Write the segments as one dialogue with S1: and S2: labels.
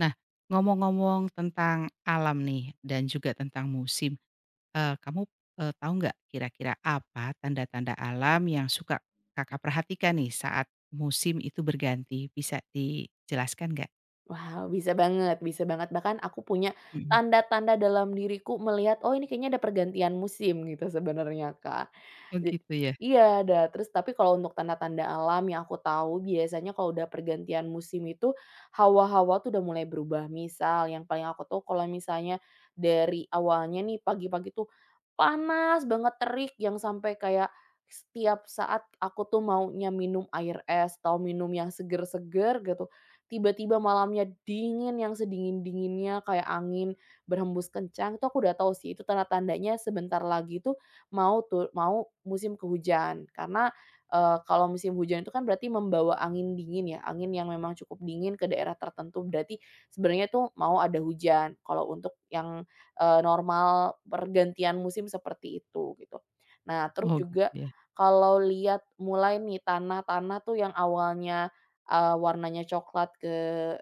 S1: Nah, ngomong-ngomong tentang alam nih dan juga tentang musim, kamu, tahu nggak kira-kira apa tanda-tanda alam yang suka Kakak perhatikan nih saat musim itu berganti? Bisa dijelaskan nggak?
S2: Wow, bisa banget, bahkan aku punya
S1: Mhm.
S2: tanda-tanda dalam diriku melihat, "Oh, ini kayaknya ada pergantian musim," gitu sebenarnya, Kak.
S1: Oh
S2: Jad
S1: gitu ya?
S2: iya, ada, terus tapi kalau untuk tanda-tanda alam yang aku tahu biasanya kalau udah pergantian musim itu, hawa-hawa tuh udah mulai berubah. Misal yang paling aku tahu kalau misalnya dari awalnya nih pagi-pagi tuh panas banget, terik, yang sampai kayak setiap saat aku tuh maunya minum air es atau minum yang seger-seger gitu tiba-tiba malamnya dingin yang sedingin-dinginnya kayak angin berhembus kencang, itu aku udah tahu sih, itu tanda-tandanya sebentar lagi tuh mau musim kehujan. Karena, kalau musim hujan itu kan berarti membawa angin dingin ya, angin yang memang cukup dingin ke daerah tertentu, berarti sebenarnya tuh mau ada hujan, kalau untuk yang, normal pergantian musim seperti itu, gitu. Nah, terus
S1: Oh gitu
S2: juga
S1: ya?
S2: kalau lihat mulai nih tanah-tanah tuh yang awalnya warnanya coklat ke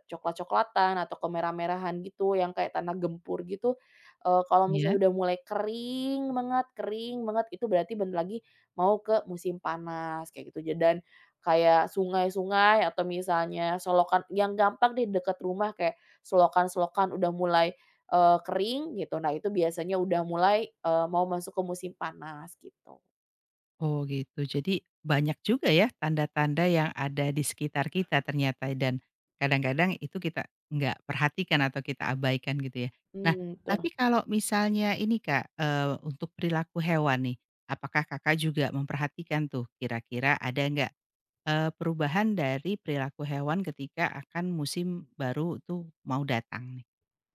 S2: coklat-coklatan atau ke merah merahan gitu yang kayak tanah gempur gitu, kalau
S1: Iya?
S2: misalnya udah mulai kering banget itu berarti bentar lagi mau ke musim panas kayak gitu dan kayak sungai-sungai atau misalnya selokan yang gampang deh dekat rumah kayak selokan-selokan udah mulai, kering gitu nah itu biasanya udah mulai, mau masuk ke musim panas gitu.
S1: Oh gitu. Jadi banyak juga ya tanda-tanda yang ada di sekitar kita ternyata dan kadang-kadang itu kita nggak perhatikan atau kita abaikan gitu ya. Nah,
S2: Hmm, itu.
S1: tapi kalau misalnya ini Kak, untuk perilaku hewan nih, apakah Kakak juga memperhatikan tuh kira-kira ada nggak, perubahan dari perilaku hewan ketika akan musim baru tuh mau datang nih?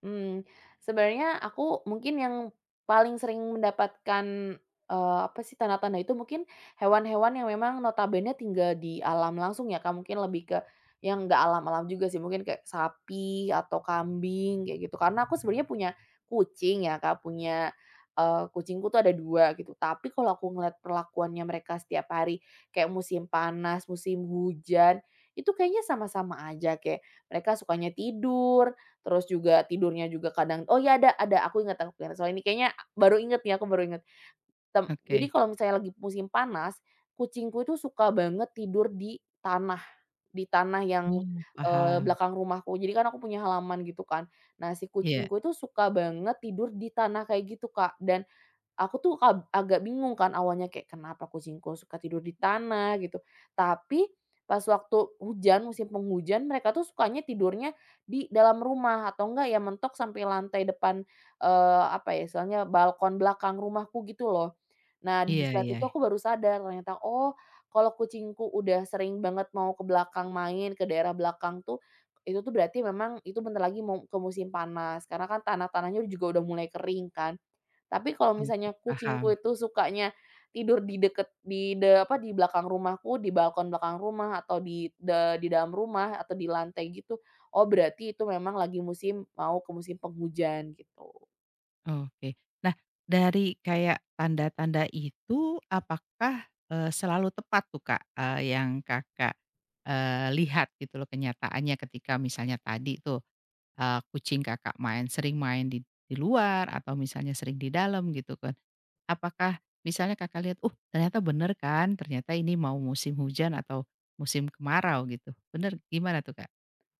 S2: Mmm, sebenarnya aku mungkin yang paling sering mendapatkan, apa sih, tanda-tanda itu mungkin hewan-hewan yang memang notabene tinggal di alam langsung ya, Kak, mungkin lebih ke yang nggak alam-alam juga sih, mungkin kayak sapi atau kambing kayak gitu. Karena aku sebenarnya punya kucing ya, Kak, punya, kucingku tuh ada 2 gitu, tapi kalau aku ngelihat perlakuannya mereka setiap hari, kayak musim panas, musim hujan, itu kayaknya sama-sama aja, kayak mereka sukanya tidur. Terus juga tidurnya juga kadang oh ya ada, aku ingat soal ini kayaknya baru inget nih, aku baru inget. Jadi
S1: Oke.
S2: kalau misalnya lagi musim panas, kucingku itu suka banget tidur di tanah yang,
S1: Oh, paham.
S2: belakang rumahku. Jadi kan aku punya halaman gitu kan. Nah si
S1: Iya.
S2: kucingku itu suka banget tidur di tanah kayak gitu, Kak, dan aku tuh agak bingung kan awalnya kayak, "Kenapa kucingku suka tidur di tanah?" Gitu. Tapi pas waktu hujan, musim penghujan, mereka tuh sukanya tidurnya di dalam rumah atau enggak ya mentok sampai lantai depan, apa ya, istilahnya balkon belakang rumahku gitu loh. Nah, di
S1: Iya,
S2: saat
S1: iya.
S2: itu aku baru sadar ternyata, oh, kalau kucingku udah sering banget mau ke belakang main, ke daerah belakang tuh, itu tuh berarti memang itu bentar lagi mau ke musim panas. Karena kan tanah-tanahnya juga udah mulai kering kan. Tapi kalau
S1: Oke,
S2: misalnya kucingku
S1: paham.
S2: itu sukanya tidur di deket di de apa, di belakang rumahku, di balkon belakang rumah atau di dalam rumah atau di lantai gitu, oh berarti itu memang lagi musim mau ke musim penghujan gitu.
S1: Oke. Nah, dari kayak tanda-tanda itu apakah, selalu tepat tuh, Kak, yang Kakak, lihat gitu loh kenyataannya ketika misalnya tadi tuh, kucing Kakak main sering main di luar atau misalnya sering di dalam gitu kan. Apakah misalnya Kakak lihat, ternyata bener kan, ternyata ini mau musim hujan atau musim kemarau," gitu. Bener gimana tuh, Kak?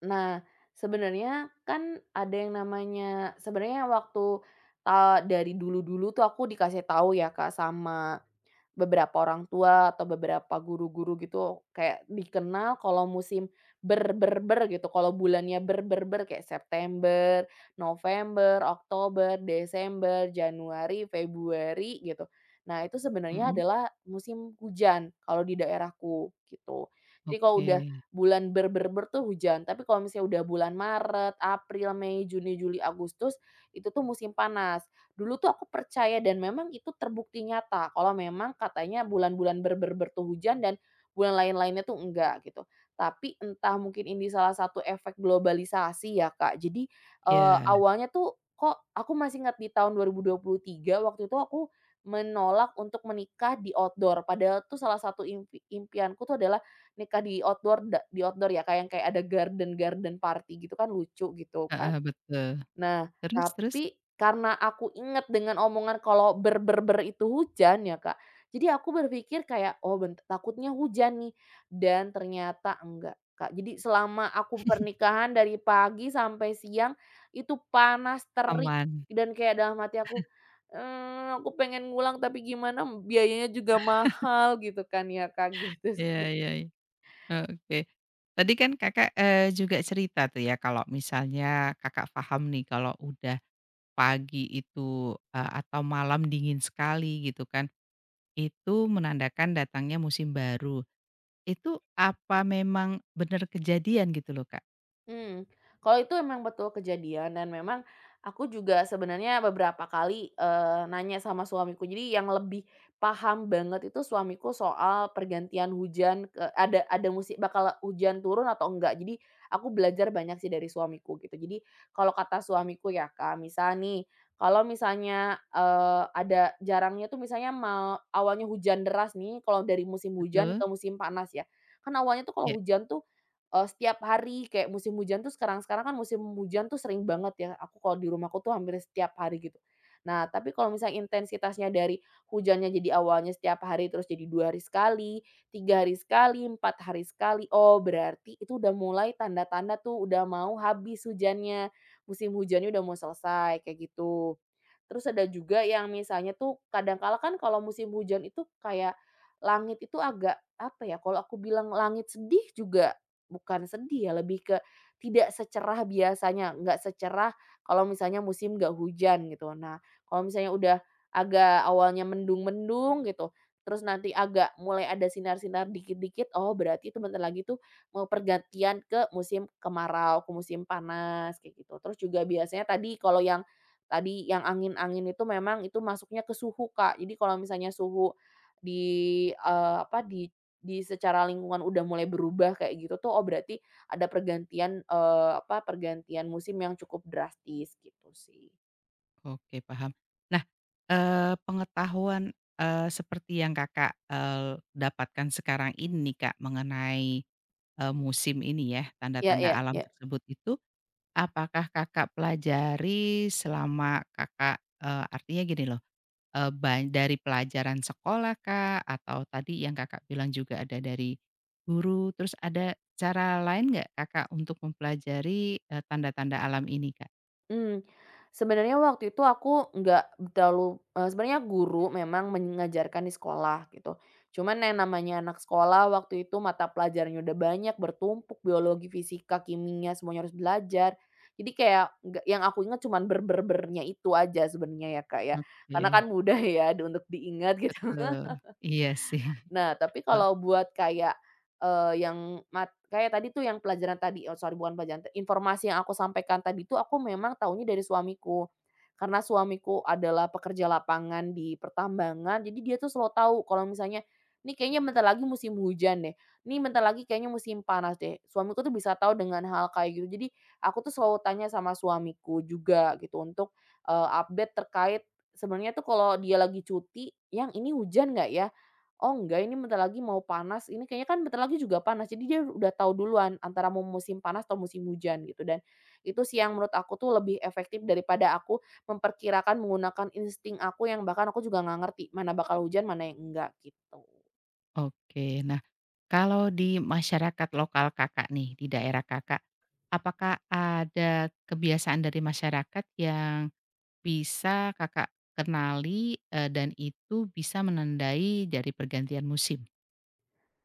S2: Nah, sebenarnya kan ada yang namanya sebenarnya waktu, dari dulu-dulu tuh aku dikasih tahu ya, Kak, sama beberapa orang tua atau beberapa guru-guru gitu kayak dikenal kalau musim ber ber ber gitu, kalau bulannya ber ber ber kayak September, November, Oktober, Desember, Januari, Februari gitu. Nah itu sebenarnya
S1: Mhm.
S2: adalah musim hujan kalau di daerahku gitu. Jadi kalau
S1: Oke.
S2: udah bulan ber ber ber tuh hujan, tapi kalau misalnya udah bulan Maret, April, Mei, Juni, Juli, Agustus itu tuh musim panas. Dulu tuh aku percaya dan memang itu terbukti nyata kalau memang katanya bulan-bulan ber-ber-ber tuh hujan dan bulan lain-lainnya tuh enggak gitu. Tapi entah mungkin ini salah satu efek globalisasi ya, Kak. Jadi,
S1: Ya,
S2: awalnya tuh kok aku masih ingat di tahun 2023 waktu itu aku menolak untuk menikah di outdoor, padahal tuh salah satu impianku tuh adalah nikah di outdoor ya, Kak, yang kayak ada garden-garden party gitu kan lucu gitu kan.
S1: heeh, betul.
S2: Nah,
S1: Terus, terus?
S2: tapi karena aku inget dengan omongan kalau "ber ber ber" itu hujan ya, Kak, jadi aku berpikir kayak, "Oh, takutnya hujan nih," dan ternyata enggak, Kak. Jadi selama aku pernikahan dari pagi sampai siang itu panas, terik,
S1: Aman.
S2: dan kayak dalam hati aku, "Eh, aku pengen ngulang tapi gimana biayanya juga mahal," gitu kan ya, Kak, gitu
S1: Iya, iya, iya. Oke. Tadi kan Kakak, juga cerita tuh ya kalau misalnya Kakak paham nih kalau udah pagi itu, atau malam dingin sekali gitu kan, itu menandakan datangnya musim baru. Itu apa memang bener kejadian gitu loh, Kak?
S2: hmm kalau itu emang betul kejadian dan memang aku juga sebenarnya beberapa kali, nanya sama suamiku. Jadi yang lebih paham banget itu suamiku soal pergantian hujan ke ada bakal hujan turun atau enggak. Jadi aku belajar banyak sih dari suamiku gitu. Jadi kalau kata suamiku ya, Kak, misal nih, kalau misalnya, ada jarangnya tuh misalnya mau awalnya hujan deras nih kalau dari musim hujan
S1: Betul.
S2: ke musim panas ya. Kan awalnya tuh
S1: Ya,
S2: kalau hujan tuh setiap hari kayak musim hujan tuh sekarang-sekarang kan musim hujan tuh sering banget ya, aku kalau di rumahku tuh hampir setiap hari gitu. Nah, tapi kalau misalnya intensitasnya dari hujannya jadi awalnya setiap hari terus jadi 2 hari sekali, 3 hari sekali, 4 hari sekali, oh berarti itu udah mulai tanda-tanda tuh udah mau habis hujannya, musim hujannya udah mau selesai kayak gitu. Terus ada juga yang misalnya tuh kadang kala kan kalau musim hujan itu kayak langit itu agak apa ya, kalau aku bilang langit sedih juga. Bukan sedih ya, lebih ke tidak secerah biasanya, nggak secerah kalau misalnya musim nggak hujan gitu. Nah, kalau misalnya udah agak awalnya mendung-mendung gitu, terus nanti agak mulai ada sinar-sinar dikit-dikit, oh berarti itu bentar lagi tuh mau pergantian ke musim kemarau, ke musim panas kayak gitu. Terus juga biasanya tadi kalau yang tadi yang angin-angin itu memang itu masuknya ke suhu, Kak. Jadi kalau misalnya suhu di, eee, apa, di secara lingkungan udah mulai berubah kayak gitu tuh, oh berarti ada pergantian, apa, pergantian musim yang cukup drastis gitu sih.
S1: oke, paham. Nah, pengetahuan, seperti yang Kakak, dapatkan sekarang ini Kak mengenai, musim ini ya,
S2: Ya
S1: tanda-tanda
S2: ya
S1: alam
S2: ya
S1: tersebut itu apakah Kakak pelajari selama Kakak, artinya gini loh, eee, ban dari pelajaran sekolah kak atau tadi yang Kakak bilang juga ada dari guru, terus ada cara lain nggak Kakak untuk mempelajari, tanda-tanda alam ini, Kak?
S2: mmm. Sebenarnya waktu itu aku nggak terlalu sebenarnya guru memang mengajarkan di sekolah gitu. Cuman yang namanya anak sekolah waktu itu mata pelajarannya udah banyak, bertumpuk, biologi, fisika, kimia, semuanya harus belajar. Jadi kayak nggak yang aku ingat cuman bernya itu aja sebenarnya ya, Kak, ya. Karena
S1: Oke,
S2: kan mudah ya untuk diingat gitu.
S1: betul. Iya sih.
S2: Nah, tapi
S1: Ok
S2: kalau buat kayak, yang kayak tadi tuh yang pelajaran tadi, oh sorry bukan pelajaran, informasi yang aku sampaikan tadi tuh aku memang tahunya dari suamiku. Karena suamiku adalah pekerja lapangan di pertambangan, jadi dia tuh selalu tahu kalau misalnya, "Ini kayaknya bentar lagi musim hujan deh, nih bentar lagi kayaknya musim panas deh." Suamiku tuh bisa tahu dengan hal kayak gitu. Jadi aku tuh selalu tanya sama suamiku juga gitu untuk, update terkait sebenarnya tuh kalau dia lagi cuti, "Yang ini hujan nggak ya?" Oh enggak, ini bentar lagi mau panas, ini kayaknya kan bentar lagi juga panas, jadi dia udah tahu duluan antara mau musim panas atau musim hujan gitu dan itu sih yang menurut aku tuh lebih efektif daripada aku memperkirakan menggunakan insting aku yang bahkan aku juga nggak ngerti mana bakal hujan, mana yang enggak gitu.
S1: oke. Nah, kalau di masyarakat lokal Kakak nih, di daerah Kakak, apakah ada kebiasaan dari masyarakat yang bisa Kakak kenali, dan itu bisa menandai dari pergantian musim.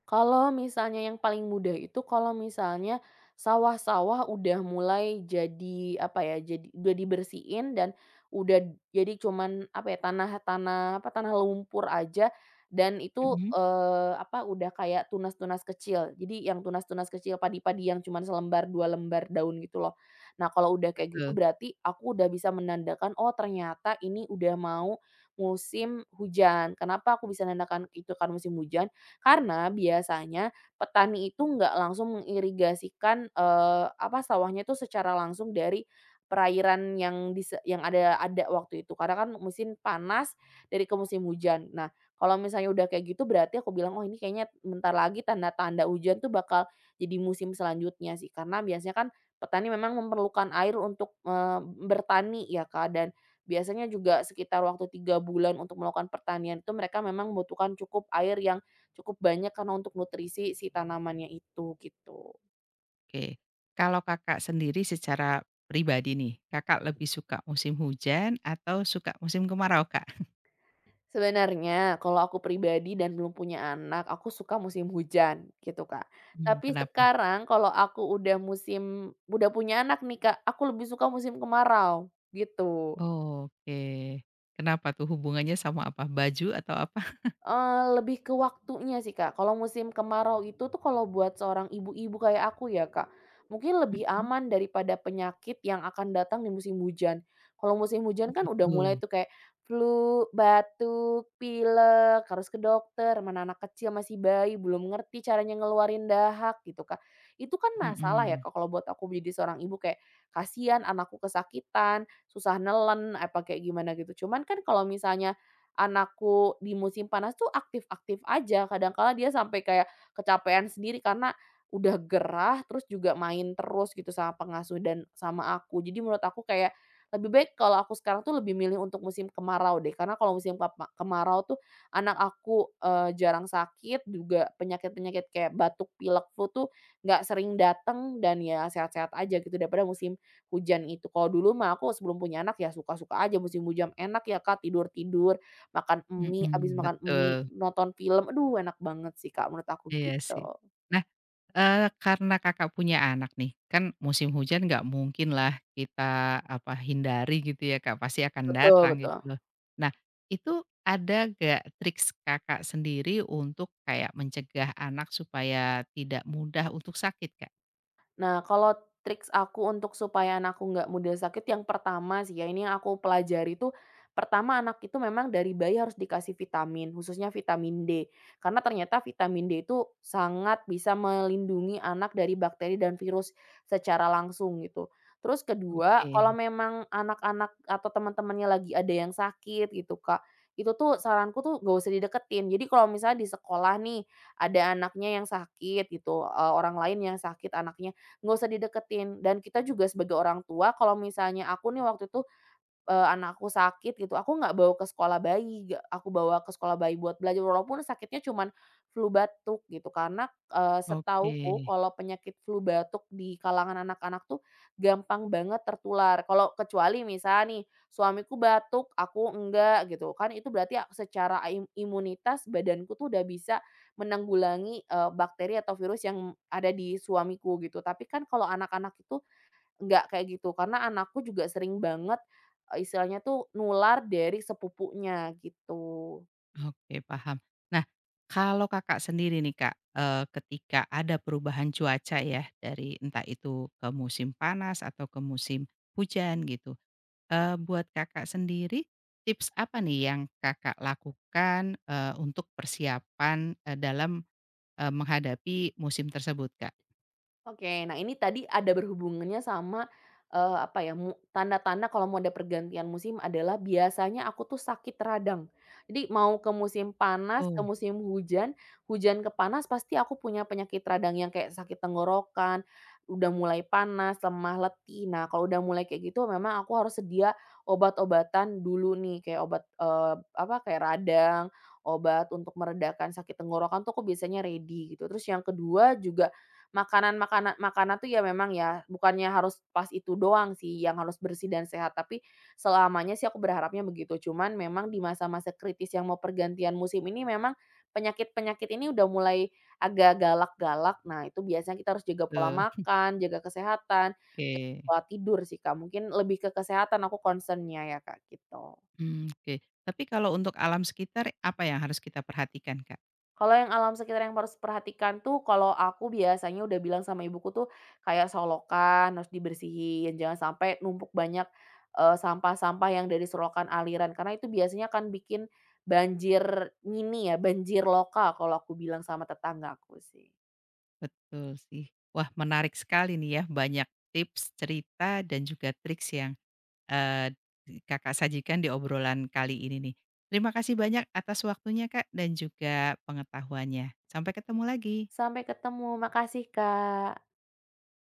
S2: Kalau misalnya yang paling mudah itu kalau misalnya sawah-sawah udah mulai jadi, apa ya, jadi udah dibersihin dan udah jadi cuman, apa ya, tanah-tanah, apa, tanah lumpur aja dan itu,
S1: Mhm.
S2: apa, udah kayak tunas-tunas kecil. Jadi yang tunas-tunas kecil, padi-padi yang cuman selembar, 2 lembar daun gitu loh. Nah, kalau udah kayak gitu
S1: Betul,
S2: berarti aku udah bisa menandakan, "Oh, ternyata ini udah mau musim hujan." Kenapa aku bisa menandakan itu kan musim hujan? Karena biasanya petani itu nggak langsung mengirigasikan, apa, sawahnya itu secara langsung dari perairan yang yang ada waktu itu, karena kan musim panas dari ke musim hujan. Nah, kalau misalnya udah kayak gitu berarti aku bilang, "Oh, ini kayaknya bentar lagi tanda-tanda hujan tuh bakal jadi musim selanjutnya sih." Karena biasanya kan petani memang memerlukan air untuk, bertani ya, Kak, dan biasanya juga sekitar waktu 3 bulan untuk melakukan pertanian itu mereka memang membutuhkan cukup air yang cukup banyak karena untuk nutrisi si tanamannya itu, gitu.
S1: oke. Kalau Kakak sendiri secara pribadi nih, Kakak lebih suka musim hujan atau suka musim kemarau, Kak?
S2: Sebenarnya kalau aku pribadi dan belum punya anak, aku suka musim hujan gitu, Kak.
S1: Mmm.
S2: Tapi
S1: Kenapa?
S2: sekarang kalau aku udah udah punya anak nih, Kak, aku lebih suka musim kemarau, gitu.
S1: Oh, oke. Kenapa tuh hubungannya sama apa? Baju atau apa?
S2: Lebih ke waktunya sih, Kak. Kalau musim kemarau itu tuh kalau buat seorang ibu-ibu kayak aku ya, Kak, mungkin lebih
S1: Mhm.
S2: aman daripada penyakit yang akan datang di musim hujan. Kalau musim
S1: Oh
S2: hujan kan udah mulai
S1: gitu.
S2: tuh kayak flu, batuk, pilek, harus ke dokter, mana anak kecil masih bayi belum ngerti caranya ngeluarin dahak gitu, Kak. Itu kan masalah ya,
S1: Mhm,
S2: Kak, kalau buat aku jadi seorang ibu kayak kasihan anakku kesakitan, susah nelen, apa kayak gimana gitu. Cuman kan kalau misalnya anakku di musim panas tuh aktif-aktif aja, kadang kala dia sampai kayak kecapean sendiri karena udah gerah, terus juga main terus gitu sama pengasuh dan sama aku. Jadi menurut aku kayak lebih baik kalau aku sekarang tuh lebih milih untuk musim kemarau deh, karena kalau musim kemarau tuh anak aku, jarang sakit, juga penyakit-penyakit kayak batuk, pilek, flu tuh nggak sering datang dan ya sehat-sehat aja gitu daripada musim hujan itu. Kalau dulu mah aku sebelum punya anak ya suka-suka aja musim hujan, enak ya, Kak, tidur-tidur, makan mie, abis
S1: mhm,
S2: makan mie,
S1: betul.
S2: nonton film, aduh enak banget sih, Kak, menurut aku
S1: Iya
S2: gitu.
S1: sih. Nah, karena Kakak punya anak nih, kan musim hujan nggak mungkinlah kita, apa, hindari gitu ya, Kak, pasti akan
S2: Betul
S1: datang gitu
S2: betul.
S1: loh. Nah, itu ada nggak triks Kakak sendiri untuk kayak mencegah anak supaya tidak mudah untuk sakit, Kak?
S2: Nah, kalau triks aku untuk supaya anakku nggak mudah sakit, yang pertama sih ya, ini yang aku pelajari tuh, pertama anak itu memang dari bayi harus dikasih vitamin, khususnya vitamin D. Karena ternyata vitamin D itu sangat bisa melindungi anak dari bakteri dan virus secara langsung gitu. Terus kedua, kalau
S1: Oke,
S2: memang anak-anak atau teman-temannya lagi ada yang sakit gitu, Kak, itu tuh saranku tuh gak usah dideketin. Jadi kalau misalnya di sekolah nih ada anaknya yang sakit gitu, orang lain yang sakit anaknya nggak usah dideketin, dan kita juga sebagai orang tua kalau misalnya aku nih waktu itu anakku sakit gitu, aku nggak bawa ke sekolah bayi, nggak aku bawa ke sekolah bayi buat belajar walaupun sakitnya cuman flu batuk gitu karena,
S1: oke,
S2: setahuku kalau penyakit flu batuk di kalangan anak-anak tuh gampang banget tertular. Kalau kecuali misalnya nih suamiku batuk, aku enggak gitu kan itu berarti secara imunitas badanku tuh udah bisa menanggulangi, bakteri atau virus yang ada di suamiku gitu. Tapi kan kalau anak-anak itu nggak kayak gitu, karena anakku juga sering banget, istilahnya tuh nular dari sepupunya gitu.
S1: oke, paham. Nah, kalau Kakak sendiri nih, Kak, ketika ada perubahan cuaca ya dari entah itu ke musim panas atau ke musim hujan gitu, buat Kakak sendiri, tips apa nih yang Kakak lakukan, untuk persiapan, dalam, menghadapi musim tersebut, Kak?
S2: Oke, nah ini tadi ada berhubungannya sama, apa ya, tanda-tanda kalau mau ada pergantian musim adalah biasanya aku tuh sakit radang. Jadi mau ke musim panas, ke
S1: Oh,
S2: musim hujan, hujan ke panas pasti aku punya penyakit radang yang kayak sakit tenggorokan, udah mulai panas, lemah, letih. Nah kalau udah mulai kayak gitu memang aku harus sedia obat-obatan dulu nih kayak obat, apa, kayak radang, obat untuk meredakan sakit tenggorokan tuh aku biasanya ready gitu. Terus yang kedua juga Makanan makanan makanan tuh ya memang ya, bukannya harus pas itu doang sih yang harus bersih dan sehat, tapi selamanya sih aku berharapnya begitu. Cuman memang di masa-masa kritis yang mau pergantian musim ini memang penyakit-penyakit ini udah mulai agak galak-galak. Nah, itu biasanya kita harus jaga pola
S1: betul.
S2: makan, jaga kesehatan,
S1: Oke.
S2: pola tidur sih, Kak. Mungkin lebih ke kesehatan aku concern-nya ya, Kak, gitu.
S1: Mmm, oke. Tapi kalau untuk alam sekitar, apa yang harus kita perhatikan, Kak?
S2: Kalau yang alam sekitar yang harus perhatikan tuh, kalau aku biasanya udah bilang sama ibuku tuh, kayak solokan harus dibersihin, jangan sampai numpuk banyak, sampah-sampah yang dari sorokan aliran, karena itu biasanya akan bikin banjir mini ya, banjir lokal kalau aku bilang sama tetanggaku sih.
S1: Betul sih. Wah, menarik sekali nih ya, banyak tips, cerita, dan juga triks yang, eee, Kakak sajikan di obrolan kali ini nih. Terima kasih banyak atas waktunya, Kak, dan juga pengetahuannya. Sampai ketemu lagi.
S2: Sampai ketemu, makasih, Kak.